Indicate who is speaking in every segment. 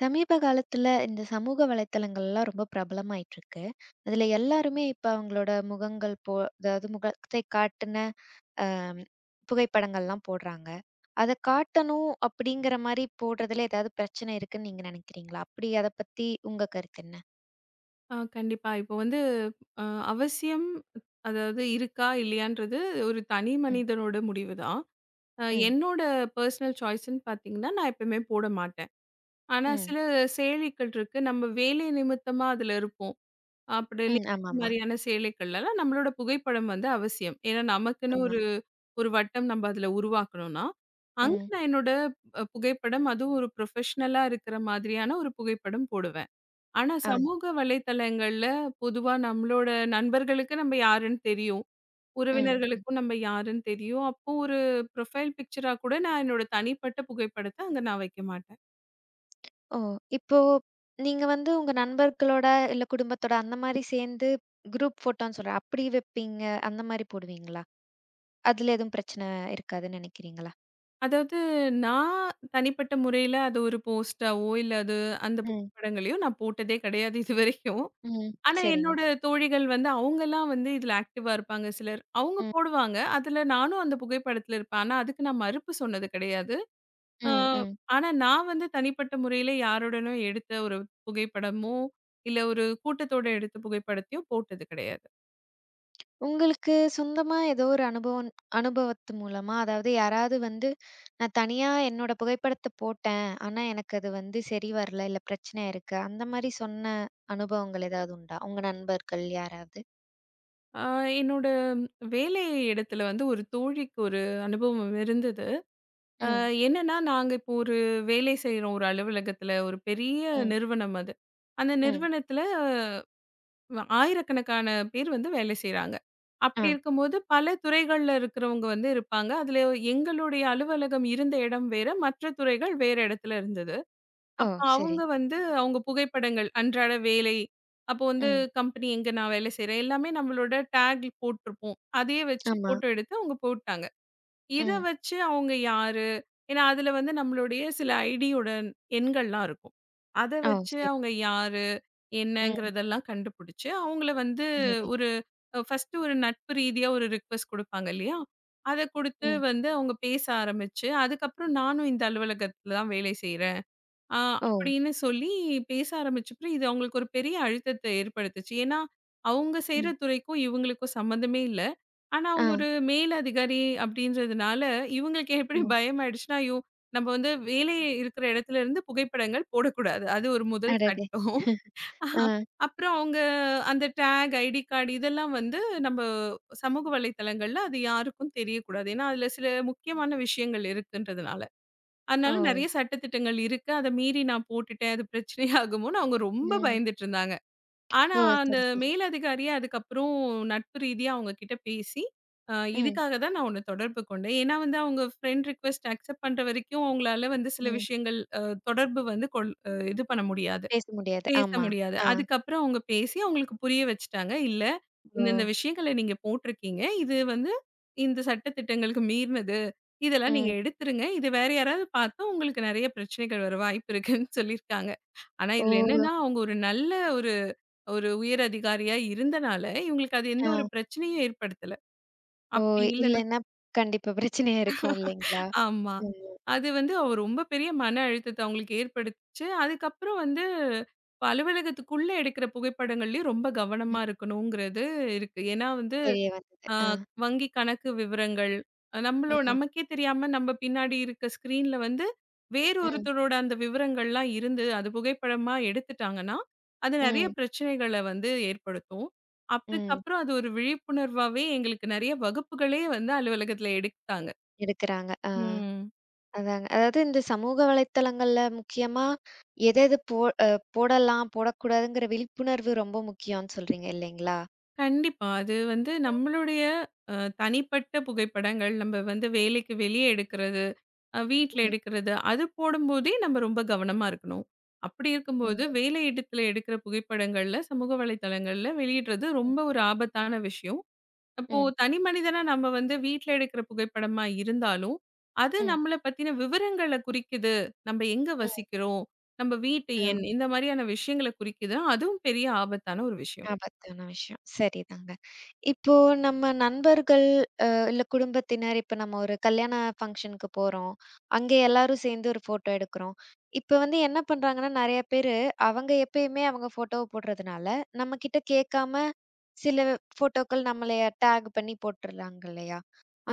Speaker 1: சமீப காலத்துல இந்த சமூக வலைத்தளங்கள்லாம் ரொம்ப பிரபலமாயிட்டு இருக்கு. அதுல எல்லாருமே இப்ப அவங்களோட முகங்கள் அதாவது முகத்தை காட்டுன அம் புகைப்படங்கள்லாம் போடுறாங்க. அத காட்டணும் அப்படிங்கிற மாரி போடுறதுல ஏதாவது பிரச்சனை இருக்குன்னு நீங்க நினைக்கிறீங்களா? அப்படி அத பத்தி உங்க கருத்து என்ன?
Speaker 2: ஆ கண்டிப்பா. இப்போ வந்து அ அவசியம், அதாவது இருக்கா, இல்லையான்றது ஒரு தனி
Speaker 1: ம்,
Speaker 2: மனிதனோட முடிவு தான்.
Speaker 1: ம்,
Speaker 2: என்னோட பர்சனல் சாய்ஸ்ன்னு பார்த்தீங்கன்னா, நான் எப்பவுமே போட மாட்டேன். ஆனா
Speaker 1: ம்,
Speaker 2: சில சேலைகள் இருக்கு. நம்ம வேலை நிமித்தமா அதுல இருப்போம். அப்படி இல்ல
Speaker 1: ம். ஆமாமா.
Speaker 2: மாதிரியான சேலைகள்லலாம் நம்மளோட புகைப்படம் வந்து அவசியம். ஏன்னா நமக்குன்னு
Speaker 1: ஆமா.
Speaker 2: ஒரு ஒரு வட்டம் நம்ம அதுல உருவாக்கணும்னா, அங்க
Speaker 1: ம்.
Speaker 2: நான் என்னோட புகைப்படம், அதுவும் ஒரு ப்ரொஃபஷ்னலா இருக்கிற மாதிரியான ஒரு புகைப்படம் போடுவேன். ஆனா
Speaker 1: ஆ.
Speaker 2: சமூக வலைத்தளங்கள்ல பொதுவா நம்மளோட நண்பர்களுக்கு நம்ம யாருன்னு தெரியும்.
Speaker 1: ம்.
Speaker 2: உறவினர்களுக்கும் நம்ம யாருன்னு தெரியும். அப்போ ஒரு ப்ரொஃபைல் பிக்சரா கூட நான் என்னோட தனிப்பட்ட புகைப்படத்த அங்க நான் வைக்க மாட்டேன்.
Speaker 1: ஓ! இப்போ நீங்க வந்து உங்க நண்பர்களோட, இல்ல குடும்பத்தோட அந்த மாரி சேர்ந்து குரூப் ஃபோட்டோன்னு சொல்றேன். அப்படி வைப்பீங்க, அந்த மாரி போடுவீங்களா? அதுல எதுவும் பிரச்சனை இருக்காதுன்னு நினைக்கிறீங்களா?
Speaker 2: அதாவது நான் தனிப்பட்ட முறையில அது ஒரு போஸ்ட்டாவோ, இல்ல அது அந்த
Speaker 1: ம்.
Speaker 2: புகைப்படங்களையோ நான் போட்டதே கிடையாது இதுவரைக்கும்.
Speaker 1: ம்.
Speaker 2: ஆனா
Speaker 1: சரிங்க.
Speaker 2: என்னோட தோழிகள் வந்து அவங்கலாம் வந்து இதுல ஆக்டிவா இருப்பாங்க சிலர். அவங்க
Speaker 1: ம்.
Speaker 2: போடுவாங்க. அதுல நானும் அந்த புகைப்படத்துல இருப்பேன். ஆனா அதுக்கு நான் மறுப்பு சொன்னது கிடையாது. ஆ,
Speaker 1: ம். ம்.
Speaker 2: ஆனா நான் வந்து தனிப்பட்ட முறையில யாருடனும் எடுத்த ஒரு புகைப்படமோ, இல்ல ஒரு கூட்டத்தோட எடுத்த புகைப்படத்தையோ போட்டது கிடையாது.
Speaker 1: உங்களுக்கு சொந்தமா ஏதோ ஒரு அனுபவம் அனுபவத்து மூலமா, அதாவது யாராவது வந்து நான் தனியா என்னோட புகைப்படத்த போட்டேன். ஆனா எனக்கு அது வந்து சரி வரல, இல்ல பிரச்சனையா இருக்கு. அந்த மாரி சொன்ன அனுபவங்கள் ஏதாவது உண்டா? உங்க நண்பர்கள் யாராவது?
Speaker 2: ஆ, என்னோட வேலை இடத்துல வந்து ஒரு தோழிக்கு ஒரு அனுபவம் இருந்தது. அ
Speaker 1: ம்.
Speaker 2: என்னன்னா, நாங்க இப்போ ஒரு வேலை செய்றோம் ஒரு அலுவலகத்துல, ஒரு பெரிய
Speaker 1: ம்.
Speaker 2: நிறுவனம் அது. அந்த
Speaker 1: ம்.
Speaker 2: நிறுவனத்துல ஆயிரக்கணக்கான பேர் வந்து வேலை செய்றாங்க.
Speaker 1: ஆ.
Speaker 2: அப்படி இருக்கும்போது பல துறைகள்ல இருக்கிறவங்க வந்து இருப்பாங்க. அதுல எங்களுடைய அலுவலகம் இருந்த இடம் வேற, மற்ற துறைகள் வேற இடத்துல இருந்தது.
Speaker 1: ஓ!
Speaker 2: அப்ப
Speaker 1: சரி.
Speaker 2: அவங்க வந்து அவங்க புகைப்படங்கள், அன்றாட வேலை, அப்போ வந்து
Speaker 1: ம்.
Speaker 2: கம்பெனி எங்க நான் வேலை செய்றேன், எல்லாமே நம்மளோட டேக் போட்டிருப்போம். அதையே வச்சு
Speaker 1: ஆமா.
Speaker 2: ஃபோட்டோ எடுத்து அவங்க போட்டாங்க. இத
Speaker 1: ம்.
Speaker 2: வச்சு அவங்க யாரு? ஏன்னா, அதுல வந்து நம்மளுடைய சில ஐடியோட எண்கள்லாம் இருக்கும். அத
Speaker 1: ஓ!
Speaker 2: வச்சு
Speaker 1: சரி.
Speaker 2: அவங்க யாரு
Speaker 1: ம்.
Speaker 2: என்னங்கிறதெல்லாம் கண்டுபிடிச்சு, அவங்கள வந்து
Speaker 1: அடடே!
Speaker 2: ஒரு ஃபர்ஸ்ட்டு ஒரு நட்பு ரீதியா ஒரு ரிக்வெஸ்ட் குடுப்பாங்க இல்லையா? அத குடுத்து
Speaker 1: ம்.
Speaker 2: வந்து அவங்க பேச ஆரம்பிச்சு, அதுக்கப்புறம் நானும் இந்த அலுவலகத்துல தான் வேலை செய்றேன் அ
Speaker 1: ஓ!
Speaker 2: அப்படின்னு சொல்லி பேச ஆரம்பிச்சப்பறம், இது அவங்களுக்கு ஒரு பெரிய அழுத்தத்த ஏற்படுத்துச்சு. ஏன்னா, அவங்க செய்ற
Speaker 1: ம்.
Speaker 2: துறைக்கும், இவங்களுக்கும் சம்மந்தமே இல்ல. ஆனா,
Speaker 1: ஆ.
Speaker 2: அவங்க ஒரு மேல் அதிகாரி அப்படின்றதுனால, இவங்களுக்கு எப்படி
Speaker 1: ம்.
Speaker 2: பயம் ஆயிடுச்சுன்னா, ஐயோ! நம்ம வந்து வேலை இருக்கிற இடத்துல இருந்து புகைப்படங்கள் போடக்கூடாது. அது ஒரு முதல்
Speaker 1: அடடே!
Speaker 2: சட்டம்.
Speaker 1: ஆ.
Speaker 2: ஆஹா. அப்புறம் அவங்க அந்த டேக், ஐடி கார்டு இதெல்லாம் வந்து நம்ம சமூக வலைத்தளங்கள்ல அது யாருக்கும் தெரியக்கூடாது. ஏன்னா, அதுல சில முக்கியமான விஷயங்கள் இருக்குன்றதுனால.
Speaker 1: ஓ!
Speaker 2: அதனால நெறைய சட்டதிட்டங்கள் இருக்கு. அத மீறி நான் போட்டுட்டேன். அது பிரச்சனையாகுமோன்னு அவங்க ரொம்ப
Speaker 1: ம்.
Speaker 2: பயந்துட்டு இருந்தாங்க. ஆனா,
Speaker 1: ஓ!
Speaker 2: அந்த
Speaker 1: சரி, சரி.
Speaker 2: மேலதிகாரியே அதுக்கப்புறம் நட்பு ரீதியா அவங்க கிட்ட பேசி,
Speaker 1: ம்.
Speaker 2: இதுக்காக தான் நான் உன்ன தொடர்பு கொண்டேன். ஏன்னா வந்து அவங்க ஃப்ரெண்ட் ரிக்வெஸ்ட் அக்செப்ட் பண்ற வரைக்கும் அவங்களால வந்து சில
Speaker 1: ம்.
Speaker 2: விஷயங்கள் தொடர்பு வந்து கொள் இது பண்ண முடியாது.
Speaker 1: பேச முடியாது.
Speaker 2: பேச
Speaker 1: ஆமா.
Speaker 2: முடியாது.
Speaker 1: ஆ.
Speaker 2: அதுக்கப்புறம் அவங்க பேசி அவங்களுக்கு புரிய வச்சுட்டாங்க. இல்ல,
Speaker 1: ஓ!
Speaker 2: இந்தந்த விஷயங்கள நீங்க போட்டிருக்கீங்க. இது வந்து இந்த சட்ட திட்டங்களுக்கு மீறினது. இதெல்லாம் நீங்க
Speaker 1: ம்.
Speaker 2: எடுத்துருங்க. இது வேற யாராவது பார்த்தா உங்களுக்கு நெறைய பிரச்சனைகள் வர வாய்ப்பு இருக்குன்னு சொல்லியிருக்காங்க. ஆனா இதுல
Speaker 1: ஓ!
Speaker 2: என்னன்னா, அவங்க ஒரு நல்ல ஒரு ஒரு உயர் அதிகாரியா இருந்தனால, இவங்களுக்கு அது எந்த
Speaker 1: ஆ.
Speaker 2: ஒரு பிரச்சனையும் ஏற்படுத்தல.
Speaker 1: ஓ!
Speaker 2: அப்படி இல்ல,
Speaker 1: இல்லன்னா கண்டிப்பா பிரச்சனையா இருக்கும் இல்லைங்களா?
Speaker 2: ஆமா.
Speaker 1: ம்.
Speaker 2: அது வந்து அவ ரொம்ப பெரிய மன அழுத்தத்த அவங்களுக்கு ஏற்படுத்துச்சு. அதுக்கப்புறம் வந்து இப்ப அலுவலகத்துக்குள்ள எடுக்கிற புகைப்படங்கள்லயும் ரொம்ப
Speaker 1: ம்.
Speaker 2: கவனமா இருக்கணுங்கிறது இருக்கு. ஏன்னா வந்து
Speaker 1: தெரிய வந்தது.
Speaker 2: அ
Speaker 1: ஆ.
Speaker 2: வங்கி கணக்கு விவரங்கள், நம்மளோ
Speaker 1: ம்.
Speaker 2: நமக்கே தெரியாம நம்ம பின்னாடி இருக்க ஸ்க்ரீன்ல வந்து வேறு
Speaker 1: ம்.
Speaker 2: ஒருத்தரோட அந்த விவரங்கள்லாம் இருந்து, அது புகைப்படமா எடுத்துட்டாங்கன்னா, அது நெறைய
Speaker 1: ம்.
Speaker 2: பிரச்சனைகள வந்து ஏற்படுத்தும்.
Speaker 1: ம்.
Speaker 2: அதுக்கப்புறம் அது ஒரு விழிப்புணர்வாவே எங்களுக்கு நெறைய வகுப்புகளே வந்து அலுவலகத்துல எடுத்தாங்க.
Speaker 1: எடுக்குறாங்க. ஆ.
Speaker 2: ம்.
Speaker 1: அதாங்க. அதாவது இந்த சமூக வலைத்தளங்கள்ல முக்கியமா எது போ அ போடலாம், போடக்கூடாதுங்கிற விழிப்புணர்வு ரொம்ப முக்கியம்னு சொல்றீங்க இல்லைங்களா?
Speaker 2: கண்டிப்பா. அது வந்து நம்மளுடைய அ தனிப்பட்ட புகைப்படங்கள், நம்ம வந்து வேலைக்கு வெளியே எடுக்கிறது, வீட்ல
Speaker 1: ம்.
Speaker 2: எடுக்கிறது, அது போடும்போதே நம்ம ரொம்ப கவனமா இருக்கணும். அப்படி இருக்கும்போது,
Speaker 1: ம்.
Speaker 2: வேலை இடத்துல எடுக்கிற புகைப்படங்கள்ல, சமூக வலைதளங்கள்ல வெளியிடுறது ரொம்ப ஒரு ஆபத்தான விஷயம். அப்போ
Speaker 1: ம்.
Speaker 2: தனி மனிதனா நம்ம வந்து வீட்ல எடுக்கிற புகைப்படமா இருந்தாலும், அது
Speaker 1: ம்.
Speaker 2: நம்மள பத்தின விவரங்கள குறிக்குது. நம்ம எங்க
Speaker 1: ம்.
Speaker 2: வசிக்கிறோம், நம்ம வீட்டு
Speaker 1: ம்.
Speaker 2: எண், இந்த மாரியான விஷயங்கள குறிக்குது. அதுவும் பெரிய ஆபத்தான ஒரு விஷயம்.
Speaker 1: ஆபத்தான விஷயம். சரிதாங்க. இப்போ நம்ம நண்பர்கள் இல்ல குடும்பத்தினர், இப்ப நம்ம ஒரு கல்யாண ஃபங்ஷனுக்கு போறோம். அங்க எல்லாரும் சேர்ந்து ஒரு ஃபோட்டோ எடுக்கிறோம். இப்ப வந்து என்ன பண்றாங்கன்னா, நெறைய பேரு அவங்க எப்பயுமே அவங்க ஃபோட்டோவ போடுறதுனால, நம்மகிட்ட கேட்காம சில ஃபோட்டோக்கள் நம்மளைய டேக் பண்ணி போட்டுர்றாங்க இல்லையா?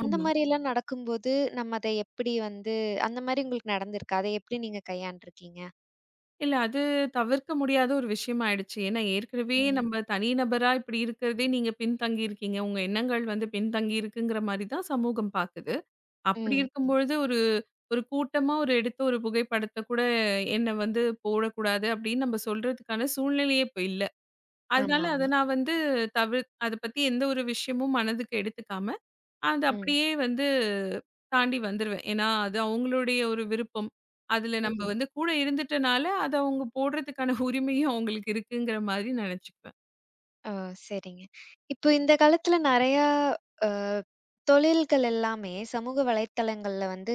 Speaker 1: அந்த
Speaker 2: ஆமா.
Speaker 1: மாரிலாம் நடக்கும்போது, நம்ம அத எப்படி வந்து அந்த மாரி உங்களுக்கு நடந்திருக்கா? அத எப்படி நீங்க கையாண்டுருக்கீங்க?
Speaker 2: இல்ல அது தவிர்க்க முடியாத ஒரு விஷயம் ஆயிடுச்சு. ஏன்னா ஏற்கனவே
Speaker 1: ம்.
Speaker 2: நம்ம தனி நபரா இப்படி இருக்கிறதே நீங்க பின்தங்கி இருக்கீங்க. உங்க எண்ணங்கள் வந்து பின்தங்கி இருக்குங்கிற மாரி தான் சமூகம் பாக்குது. அப்படி
Speaker 1: ம், ம்.
Speaker 2: இருக்கும்பொழுது ஒரு ஒரு கூட்டமா ஒரு எடுத்த ஒரு புகைப்படத்த கூட என்ன வந்து போடக்கூடாது அப்படின்னு நம்ம சொல்றதுக்கான சூழ்நிலையே இப்ப இல்ல. அதனால அத
Speaker 1: ஆமாமா.
Speaker 2: நான் வந்து அத பத்தி எந்த ஒரு விஷயமும் மனதுக்கு எடுத்துக்காம அது
Speaker 1: ம்,
Speaker 2: அப்படியே வந்து தாண்டி வந்துருவேன். ஏன்னா, அது அவங்களுடைய ஒரு விருப்பம். அதுல நம்ம
Speaker 1: ம்.
Speaker 2: வந்து கூட இருந்துட்டனால, அத அவங்க போடுறதுக்கான உரிமையும் அவங்களுக்கு இருக்குங்கிற மாரி நெனச்சுக்குவேன்.
Speaker 1: ஓ! சரிங்க. இப்போ இந்த காலத்துல நெறையா அ தொழில்கள் எல்லாமே சமூக வலைத்தளங்கள்ல வந்து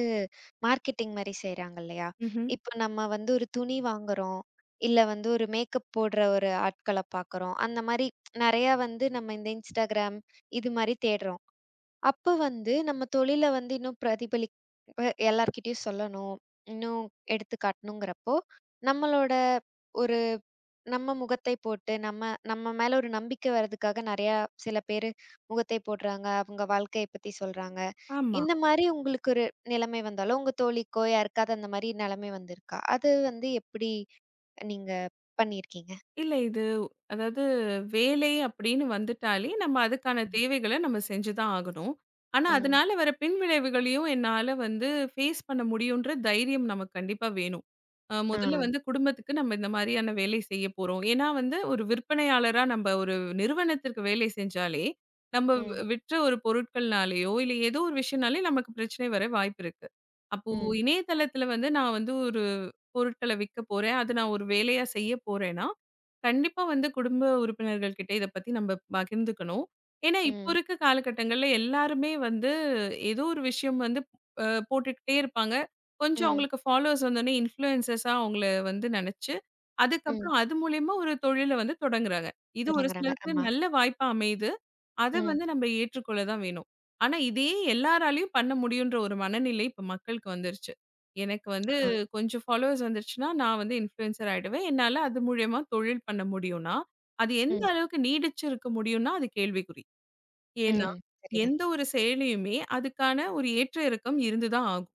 Speaker 1: மார்க்கெட்டிங் மாரி செய்றாங்க இல்லையா?
Speaker 2: ம்ஹ்ம்.
Speaker 1: இப்ப நம்ம வந்து ஒரு துணி வாங்குறோம். இல்ல வந்து ஒரு மேக்கப் போடுற ஒரு ஆட்கள பார்க்குறோம். அந்த மாரி நெறையா வந்து நம்ம இந்த Instagram இது மாரி தேடுறோம். அப்ப வந்து நம்ம தொழில வந்து இன்னும் பிரதிபலி ப எல்லார்கிட்டயும் சொல்லணும். இன்னும் எடுத்து காட்டணுங்கிறப்போ, நம்மளோட நம்ம முகத்தை போட்டு, நம்ம நம்ம மேல ஒரு நம்பிக்கை வர்றதுக்காக நெறையா சில பேரு முகத்தை போடுறாங்க. அவங்க வாழ்க்கைய பத்தி சொல்றாங்க.
Speaker 2: ஆமா.
Speaker 1: இந்த மாரி உங்களுக்கு ஒரு நிலைமை வந்தாலும், உங்க தோழிக்கோ யாருக்காவது அந்த மாரி நிலைமை வந்திருக்கா? அது வந்து எப்படி நீங்க பண்ணியிருக்கீங்க?
Speaker 2: இல்ல இது அதாவது வேலை அப்படின்னு வந்துட்டாலே, நம்ம அதுக்கான தேவைகள நம்ம செஞ்சு தான் ஆகணும். ஆனா,
Speaker 1: ம்.
Speaker 2: அதனால வர பின்விளைவுகளையும் என்னால வந்து ஃபேஸ் பண்ண முடியுன்ற தைரியம் நமக்கு கண்டிப்பா வேணும்.
Speaker 1: ஆ.
Speaker 2: முதல்ல வந்து குடும்பத்துக்கு நம்ம இந்த மாரியான வேலை செய்ய போறோம். ஏன்னா வந்து ஒரு விற்பனையாளரா நம்ப ஒரு நிறுவனத்திற்கு வேலை செஞ்சாலே, நம்ம ம்.
Speaker 1: ம்.
Speaker 2: வ் விற்ற ஒரு பொருட்கள்னாலேயோ, இல்ல ஏதோ ஒரு விஷயம்னாலே நமக்கு பிரச்சனை வர வாய்ப்பு இருக்கு. அப்போ
Speaker 1: ம்.
Speaker 2: இணையதளத்தில வந்து நான் வந்து ஒரு பொருட்கள விக்க போறேன். அது நான் ஒரு வேலையா செய்ய போறேன்னா, கண்டிப்பா வந்து குடும்ப உறுப்பினர்கள் கிட்ட இத பத்தி நம்ம பகிர்ந்துக்கணும். ஏன்னா, இப்போ
Speaker 1: ம்.
Speaker 2: இருக்க காலகட்டங்கள்ல எல்லாருமே வந்து ஏதோ ஒரு விஷயம் வந்து போட்டுக்கிட்டே இருப்பாங்க. கொஞ்சம்
Speaker 1: ம்.
Speaker 2: அவங்களுக்கு ஃபாலோவர்ஸ் வந்தோனே இன்ஃப்ளூயன்சர்ஸா அவங்கள வந்து நெனச்சு,
Speaker 1: ம்.
Speaker 2: அதுக்கப்புறம் அது மூலியமா ஒரு தொழில வந்து தொடங்குறாங்க. இது ஒரு
Speaker 1: தொடங்குறாங்க.
Speaker 2: சிலருக்கு
Speaker 1: ஆமா.
Speaker 2: நல்ல வாய்ப்பா அமையுது. அத
Speaker 1: ம்.
Speaker 2: வந்து நம்ம ஏற்றுக்கொள்ள தான் வேணும். ஆனா, இதே எல்லாராலயும் பண்ண முடியுன்ற ஒரு மனநிலை இப்ப மக்களுக்கு வந்துருச்சு. எனக்கு வந்து
Speaker 1: ஆ.
Speaker 2: கொஞ்சம் ஃபாலோவர்ஸ் வந்துருச்சுன்னா, நான் வந்து இன்ஃப்ளூயன்சர் ஆயிடுவேன். என்னால அது மூலியமா தொழில் பண்ண முடியும்னா, அது எந்த
Speaker 1: ம்.
Speaker 2: அளவுக்கு நீடிச்சு இருக்க முடியும்னா, அது கேள்விக்குறி. ஏன்னா,
Speaker 1: ம். சரிதான்.
Speaker 2: எந்த ஒரு செயலியுமே அதுக்கான ஒரு ஏற்ற இறக்கம் இருந்து தான் ஆகும்.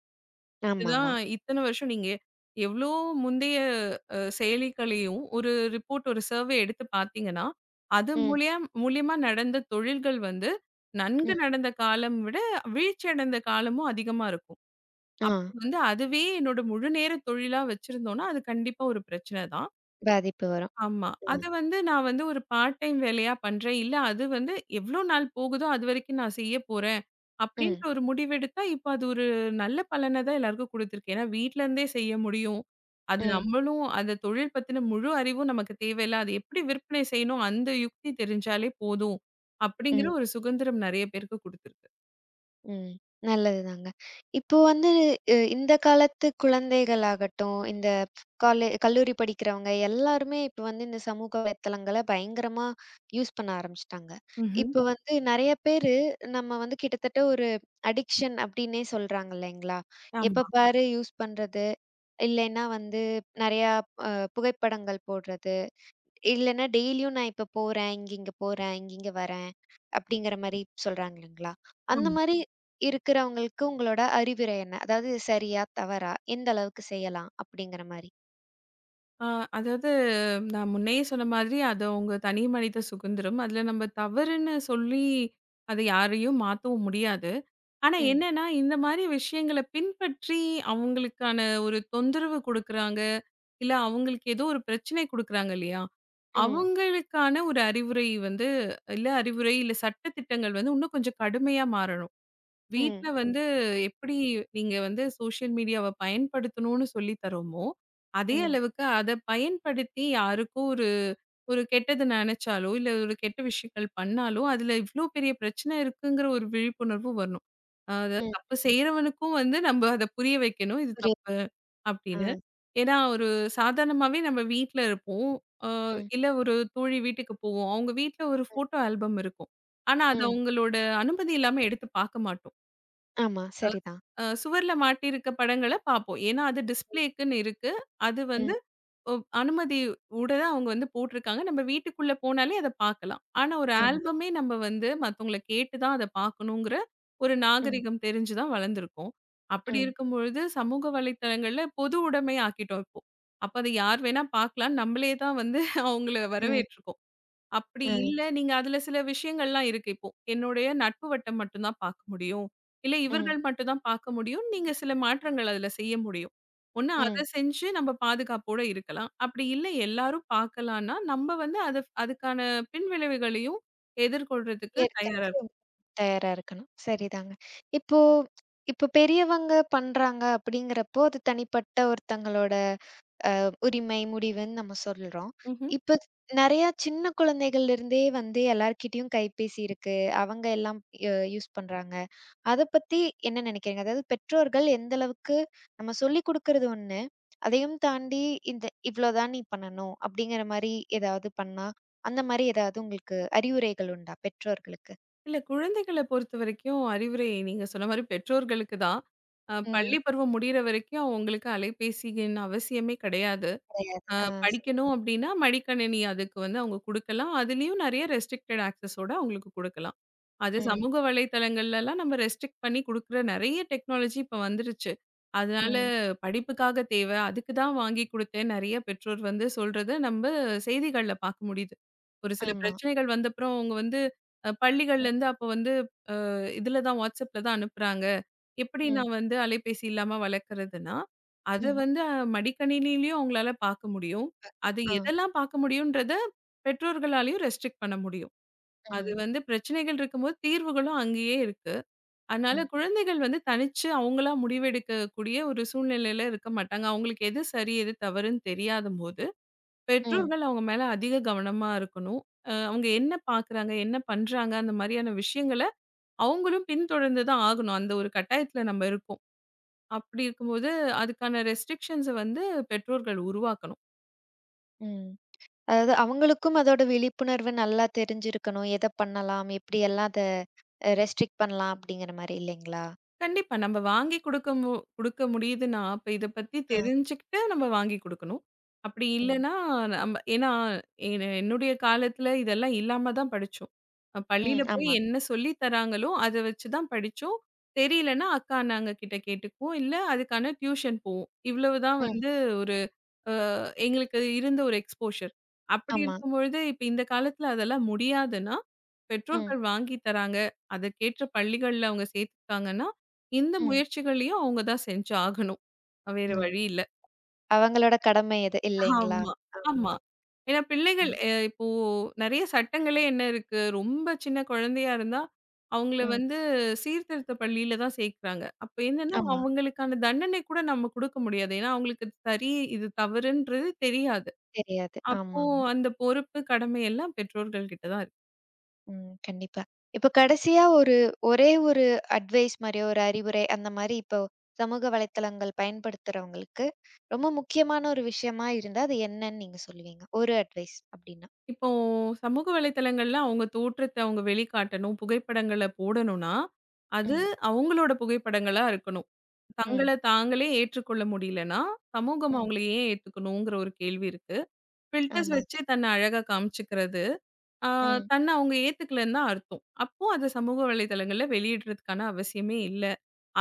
Speaker 2: இதுதான்
Speaker 1: ஆமாமா.
Speaker 2: இத்தன வருஷம் நீங்க எவ்ளோ முந்தைய செயலிகளையும் ஒரு ரிப்போர்ட், ஒரு சர்வே எடுத்து பார்த்தீங்கன்னா, அது
Speaker 1: ம்.
Speaker 2: மூலியம் மூலியமா நடந்த தொழில்கள் வந்து நன்கு
Speaker 1: ம்.
Speaker 2: நடந்த காலம் விட வீழ்ச்சி அடைந்த காலமும் அதிகமா இருக்கும்.
Speaker 1: ஆ.
Speaker 2: அப்ப வந்து அதுவே என்னோட முழு நேர தொழிலா வச்சிருந்தோம்னா, அது கண்டிப்பா ஒரு பிரச்சனை தான்.
Speaker 1: பாதிப்பு வரும்.
Speaker 2: ஆமா. அத
Speaker 1: ம்.
Speaker 2: வந்து நான் வந்து ஒரு பார்ட் டைம் வேலையா பண்றேன். இல்ல அது வந்து எவ்ளோ நாள் போகுதோ அதுவரைக்கும் நான் செய்ய போறேன். அப்படின்ற
Speaker 1: ம்.
Speaker 2: ஒரு முடிவெடுத்தா, இப்ப அது ஒரு நல்ல பலன தான் எல்லாருக்கும் குடுத்திருக்கு. ஏன்னா வீட்ல இருந்தே செய்ய முடியும். அது
Speaker 1: ம்.
Speaker 2: நம்மளும் அந்த தொழில் பத்தின முழு அறிவும் நமக்கு தேவையில்ல. அது எப்படி விற்பனை செய்யணும் அந்த யுக்தி தெரிஞ்சாலே போதும். அப்படிங்கிற
Speaker 1: ம்.
Speaker 2: ஒரு சுதந்திரம் நெறைய பேருக்கு குடுத்திருக்கு.
Speaker 1: ம். நல்லதுதாங்க. இப்போ வந்து இந்த காலத்து குழந்தைகள் ஆகட்டும், இந்த காலே கல்லூரி படிக்கிறவங்க எல்லாருமே இப்ப வந்து இந்த சமூக வலைத்தளங்கள பயங்கரமா யூஸ் பண்ண ஆரம்பிச்சுட்டாங்க.
Speaker 2: ம்ஹ்ம்.
Speaker 1: இப்ப வந்து நெறைய பேரு நம்ம வந்து கிட்டத்தட்ட ஒரு அடிக்ஷன் அப்டின்னே சொல்றாங்க இல்லைங்களா?
Speaker 2: ஆமா.
Speaker 1: எப்ப பாரு யூஸ் பண்றது, இல்லைன்னா வந்து நெறையா அ புகைப்படங்கள் போடுறது. இல்லன்னா டெய்லியும் நான் இப்ப போறேன், இங்கிங்க போறேன், இங்கிங்க வரேன், அப்படிங்கிற மாரி சொல்றாங்க இல்லைங்களா? அந்த மாரி இருக்கிறவங்களுக்கு உங்களோட அறிவுரை என்ன? அதாவது சரியா? தவறா? எந்த அளவுக்கு செய்யலாம்? அப்படிங்கிற மாரி.
Speaker 2: ஆ, அதாவது நான் முன்னயே சொன்ன மாதிரி, அது அவங்க தனி மனித சுதந்திரம். அதுல நம்ம தவறுன்னு சொல்லி, அத யாரையும் மாத்தவும் முடியாது. ஆனா
Speaker 1: ம்.
Speaker 2: என்னன்னா, இந்த மாரி விஷயங்கள பின்பற்றி அவங்களுக்கான ஒரு தொந்தரவு குடுக்குறாங்க. இல்ல அவங்களுக்கு ஏதோ ஒரு பிரச்சனை குடுக்குறாங்க இல்லையா? ஆமா.
Speaker 1: ம்.
Speaker 2: அவங்களுக்கான ஒரு அறிவுரை வந்து இல்ல அறிவுரை, இல்ல சட்ட திட்டங்கள் வந்து இன்னும் கொஞ்சம் கடுமையா மாறணும்.
Speaker 1: ம்.
Speaker 2: வீட்ல
Speaker 1: ம்.
Speaker 2: வந்து எப்படி நீங்க வந்து சோஷியல் மீடியாவ பயன்படுத்தணும்னு சொல்லி தரோமோ, அதே
Speaker 1: ம்.
Speaker 2: அளவுக்கு அத பயன்படுத்தி யாருக்கும் ஒரு ஒரு கெட்டது நெனச்சாலோ, இல்ல ஒரு கெட்ட விஷயங்கள் பண்ணாலோ, அதுல இவ்ளோ பெரிய பிரச்சனை இருக்குங்கிற ஒரு விழிப்புணர்வு வரணும். அதாவது
Speaker 1: ம்.
Speaker 2: தப்பு செய்றவனுக்கும் வந்து நம்ப அத புரிய வைக்கணும். இது
Speaker 1: புரியுது.
Speaker 2: தப்பு
Speaker 1: ஆ.
Speaker 2: அப்படின்னு. ஏன்னா ஒரு சாதாரணமாவே நம்ம வீட்ல இருப்போம். அ
Speaker 1: ம்.
Speaker 2: இல்ல ஒரு தோழி வீட்டுக்கு போவோம். அவங்க வீட்ல ஒரு
Speaker 1: ம்.
Speaker 2: ஃபோட்டோ ஆல்பம் இருக்கும். ஆனா, அத
Speaker 1: ம்.
Speaker 2: அவங்களோட அனுமதி இல்லாம எடுத்து பாக்க மாட்டோம்.
Speaker 1: ஆமா. சரிதான்.
Speaker 2: சுவர்ல மாட்டியிருக்க படங்கள பார்ப்போம். ஏன்னா, அது டிஸ்ப்ளேக்குன்னு இருக்கு. அது
Speaker 1: ம்.
Speaker 2: வந்து ஒ அனுமதி உட தான் அவங்க வந்து போட்டிருக்காங்க. நம்ம வீட்டுக்குள்ள போனாலே அத பார்க்கலாம். ஆனா, ஒரு
Speaker 1: ஆமா.
Speaker 2: ஆல்பமே நம்ம வந்து மத்தவங்கள கேட்டு தான் அத பார்க்கணுங்கிற ஒரு
Speaker 1: ம்.
Speaker 2: நாகரிகம் தெரிஞ்சு தான் வளர்ந்துருக்கோம். அப்படி
Speaker 1: ம்.
Speaker 2: இருக்கும் பொழுது சமூக வலைத்தளங்கள்ல பொது உடைமை ஆக்கிட்டோம் இப்போ. அப்ப அத யார் வேணா பார்க்கலாம். நம்மளே தான் வந்து அவங்கள
Speaker 1: ம்.
Speaker 2: வரவேற்றுக்கோம். அப்படி
Speaker 1: ஆ.
Speaker 2: இல்ல, நீங்க அதுல சில விஷயங்கள்லாம் இருக்கு இப்போ. என்னுடைய நட்பு வட்டம் மட்டும் தான் பார்க்க முடியும். இல்ல
Speaker 1: ம்.
Speaker 2: இவர்கள் மட்டும் தான் பார்க்க முடியும். நீங்க சில மாற்றங்கள் அதுல செய்ய முடியும். ஒண்ணு
Speaker 1: ம்.
Speaker 2: அத செஞ்சு நம்ம பாதுகாப்போட இருக்கலாம். அப்படி இல்ல எல்லாரும் பார்க்கலான்னா, நம்ம வந்து அது அதுக்கான பின்விளைவுகளையும் எதிர்கொள்றதுக்கு தயாரா இருக்
Speaker 1: இருக்கறக்கு தயாரா இருக்கணும். சரிதாங்க. இப்போ இப்போ பெரியவங்க பண்றாங்க அப்படிங்கிறப்போ, அது தனிப்பட்ட ஒருத்தங்களோட உரிமை, முடிவுன்னு நம்ம சொல்றோம்.
Speaker 2: ம்ஹ்ம்.
Speaker 1: இப்ப நெறைய சின்ன குழந்தைகள்ல இருந்தே வந்து எல்லார்கிட்டயும் கைபேசி இருக்கு. அவங்க எல்லாம் யூஸ் பண்றாங்க. அத பத்தி என்ன நினைக்கிறீங்க? அதாவது பெற்றோர்கள் எந்த அளவுக்கு நம்ம சொல்லிக் குடுக்கறது ஒண்ணு, அதையும் தாண்டி இந்த இவ்ளோதான் நீ பண்ணணும் அப்படிங்கிற மாரி ஏதாவது பண்ணா, அந்த மாரி ஏதாவது உங்களுக்கு அறிவுரைகள் உண்டா பெற்றோர்களுக்கு?
Speaker 2: இல்ல குழந்தைகள பொறுத்தவரைக்கும் அறிவுரை நீங்க சொன்ன மாரி பெற்றோர்களுக்கு தான்.
Speaker 1: ம்.
Speaker 2: பள்ளி பருவம் முடியிற வரைக்கும் அவங்களுக்கு அலைபேசியின் அவசியமே கிடையாது.
Speaker 1: கிடையாது.
Speaker 2: அ
Speaker 1: ஆ ஸ்
Speaker 2: படிக்கணும் அப்டின்னா, மடிக்கணினி அதுக்கு வந்து அவங்க குடுக்கலாம். அதுலயும் நெறைய ரெஸ்ட்ரிக்டட் ஆக்சஸோட அவங்களுக்கு குடுக்கலாம். அது
Speaker 1: ம்,
Speaker 2: சமூக வலைதளங்கள்லலாம் நம்ம ரெஸ்ட்ரிக்ட் பண்ணி குடுக்குற நெறைய டெக்னாலஜி இப்ப வந்துருச்சு. அதனால
Speaker 1: ம்.
Speaker 2: படிப்புக்காக தேவ, அதுக்கு தான் வாங்கி குடுத்தேன் நெறைய பெற்றோர் வந்து சொல்றத நம்ப செய்திகள்ல பார்க்க முடியுது. ஒரு சில
Speaker 1: ஆமா.
Speaker 2: பிரச்சனைகள் வந்தப்புறம் அவங்க வந்து
Speaker 1: ம்,
Speaker 2: பள்ளிகள்லேருந்து அப்போ வந்து இதுல தான் WhatsAppல தான் அனுப்புறாங்க. எப்படி
Speaker 1: ம்,
Speaker 2: நான் வந்து அலைபேசி இல்லாம வளர்க்குறதுன்னா, அத
Speaker 1: ம்.
Speaker 2: வந்து மடிக்கணினியிலயும் அவங்களால பார்க்க முடியும். அது
Speaker 1: ஆ,
Speaker 2: எதெல்லாம் பார்க்க முடியும்ன்றத பெற்றோர்களாலயும் ரெஸ்ட்ரிக்ட் பண்ண முடியும். அது
Speaker 1: ம்,
Speaker 2: வந்து பிரச்சனைகள் இருக்கும்போது தீர்வுகளும் அங்கேயே இருக்கு. அதனால
Speaker 1: ம்,
Speaker 2: குழந்தைகள் வந்து தனிச்சு அவங்களா முடிவெடுக்கக்கூடிய ஒரு சூழ்நிலையில இருக்க மாட்டாங்க. அவங்களுக்கு எது சரி, எது தவறுன்னு தெரியாதம்போது,
Speaker 1: ம்,
Speaker 2: பெற்றோர்கள் அவங்க மேல அதிக கவனமா இருக்கணும். அவங்க என்ன பார்க்குறாங்க, என்ன பண்றாங்க அந்த மாதிரியான விஷயங்கள அவங்களும் பின்தொடர்ந்து தான் ஆகணும். அந்த ஒரு கட்டாயத்துல நம்ம இருக்கோம். அப்படி இருக்கும்போது, அதுக்கான ரெஸ்ட்ரிக்ஷன்ஸ வந்து பெற்றோர்கள் உருவாக்கணும்.
Speaker 1: ம். அதாவது அவங்களுக்கும் அதோட விழிப்புணர்வு நல்லா தெரிஞ்சிருக்கணும். எத பண்ணலாம்? எப்படியெல்லாம் அத ரெஸ்ட்ரிக்ட் பண்ணலாம்? அப்படிங்கிற மாரி இல்லைங்களா?
Speaker 2: கண்டிப்பா நம்ம வாங்கி குடுக்க குடுக்க முடியுதுன்னா, அப்ப இத பத்தி
Speaker 1: ஆ,
Speaker 2: தெரிஞ்சுக்கிட்டு நம்ம வாங்கி குடுக்கணும். அப்படி
Speaker 1: ம்,
Speaker 2: இல்லன்னா நம்ம ஏன்னா என்னுடைய காலத்துல இதெல்லாம் இல்லாம தான் படிச்சோம். பள்ளியில
Speaker 1: ம்.
Speaker 2: போய்
Speaker 1: ஆமா.
Speaker 2: என்ன சொல்லி தராங்களோ, அத வச்சு தான் படிச்சோம். தெரியலன்னா, அக்கா, அண்ணாங்க கிட்ட கேட்டுக்குவோம். இல்ல அதுக்கான டியூஷன் போவோம். இவ்வளவுதான்
Speaker 1: ம்.
Speaker 2: வந்து எங்களுக்கு இருந்த ஒரு எக்ஸ்போஷர். அப்படி
Speaker 1: ஆமா.
Speaker 2: இருக்கும்பொழுது, இப்ப இந்த காலத்துல அதெல்லாம் முடியாதுன்னா,
Speaker 1: ம்,
Speaker 2: பெற்றோர்கள் வாங்கி தராங்க. அதற்கேற்ற பள்ளிகள்ல அவங்க சேர்த்துட்டாங்கன்னா, இந்த
Speaker 1: ம்,
Speaker 2: முயற்சிகளையும் அவங்க தான் செஞ்சு ஆகணும். வேற
Speaker 1: ம்.
Speaker 2: வழி இல்ல.
Speaker 1: அவங்களோட கடமை இது இல்லைங்களா?
Speaker 2: ஆமா,
Speaker 1: ஆமா.
Speaker 2: ஆமா. ஏன்னா பிள்ளைகள்
Speaker 1: ம்,
Speaker 2: இப்போ நெறைய சட்டங்களே என்ன இருக்கு? ரொம்ப சின்ன குழந்தையா இருந்தா, அவங்கள
Speaker 1: ம்.
Speaker 2: வந்து சீர்திருத்த பள்ளியில தான் சேர்க்கிறாங்க. அப்ப என்னன்னா,
Speaker 1: ஆமா.
Speaker 2: அவங்களுக்கான தண்டனை கூட நம்ம குடுக்க முடியாது. ஏன்னா அவங்களுக்கு சரி, இது தவறுன்றது தெரியாது.
Speaker 1: தெரியாது.
Speaker 2: அப்போ
Speaker 1: ஆமாமா.
Speaker 2: அந்த பொறுப்பு, கடமை எல்லாம் பெற்றோர்கள் கிட்ட தான் இருக்கு.
Speaker 1: ம். கண்டிப்பா. இப்ப கடைசியா ஒரு ஒரே ஒரு அட்வைஸ் மாரி, ஒரு அறிவுரை அந்த மாரி இப்போ சமூக வலைத்தளங்கள் பயன்படுத்துறவங்களுக்கு, ரொம்ப முக்கியமான ஒரு விஷயமா இருந்தா, அது என்னன்னு நீங்க சொல்லுவீங்க? ஒரு அட்வைஸ் அப்டின்னா?
Speaker 2: இப்போ சமூக வலைத்தளங்கள்ல அவங்க தோற்றத்த அவங்க வெளிக்காட்டணும், புகைப்படங்கள போடணும்னா, அது
Speaker 1: ம்,
Speaker 2: அவங்களோட புகைப்படங்களா இருக்கணும். தங்கள
Speaker 1: ம்,
Speaker 2: தாங்களே ஏற்றுக்கொள்ள முடியலன்னா, சமூகம்
Speaker 1: ம்.
Speaker 2: அவங்கள ஏன் ஏத்துக்கணுங்கிற ஒரு கேள்வி இருக்கு. ஃபில்டர்ஸ்
Speaker 1: ஆமாங்க.
Speaker 2: வச்சு தன்ன அழகா காமிச்சுக்கிறது, ஆ
Speaker 1: ம்,
Speaker 2: தன்ன அவங்க ஏத்துக்கலன்னு தான் அர்த்தம். அப்போ அத சமூக வலைதளங்கள்ல வெளியிடுறதுக்கான அவசியமே இல்ல.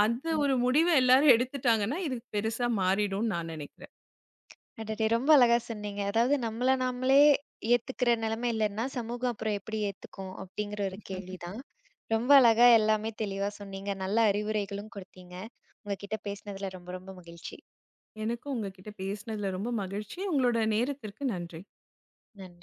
Speaker 2: அந்த
Speaker 1: ம்.
Speaker 2: ஒரு முடிவ எல்லாரும் எடுத்துட்டாங்கன்னா, இது பெருசா மாறிடும்னு நான் நினைக்கிறேன்.
Speaker 1: அடடே! ரொம்ப அழகா சொன்னீங்க. அதாவது நம்மள நாமளே ஏத்துக்கிற நிலைமை இல்லன்னா, சமூகம் அப்புறம் எப்படி ஏத்துக்கும்? அப்டிங்கிற ஒரு கேள்விதான். ரொம்ப அழகா எல்லாமே தெளிவா சொன்னீங்க. நல்ல அறிவுரைகளும் குடுத்தீங்க. உங்க கிட்ட பேசினதுல ரொம்ப ரொம்ப மகிழ்ச்சி.
Speaker 2: எனக்கும் உங்ககிட்ட பேசினதுல ரொம்ப மகிழ்ச்சி. உங்களோட நேரத்திற்கு நன்றி.
Speaker 1: நன்றி.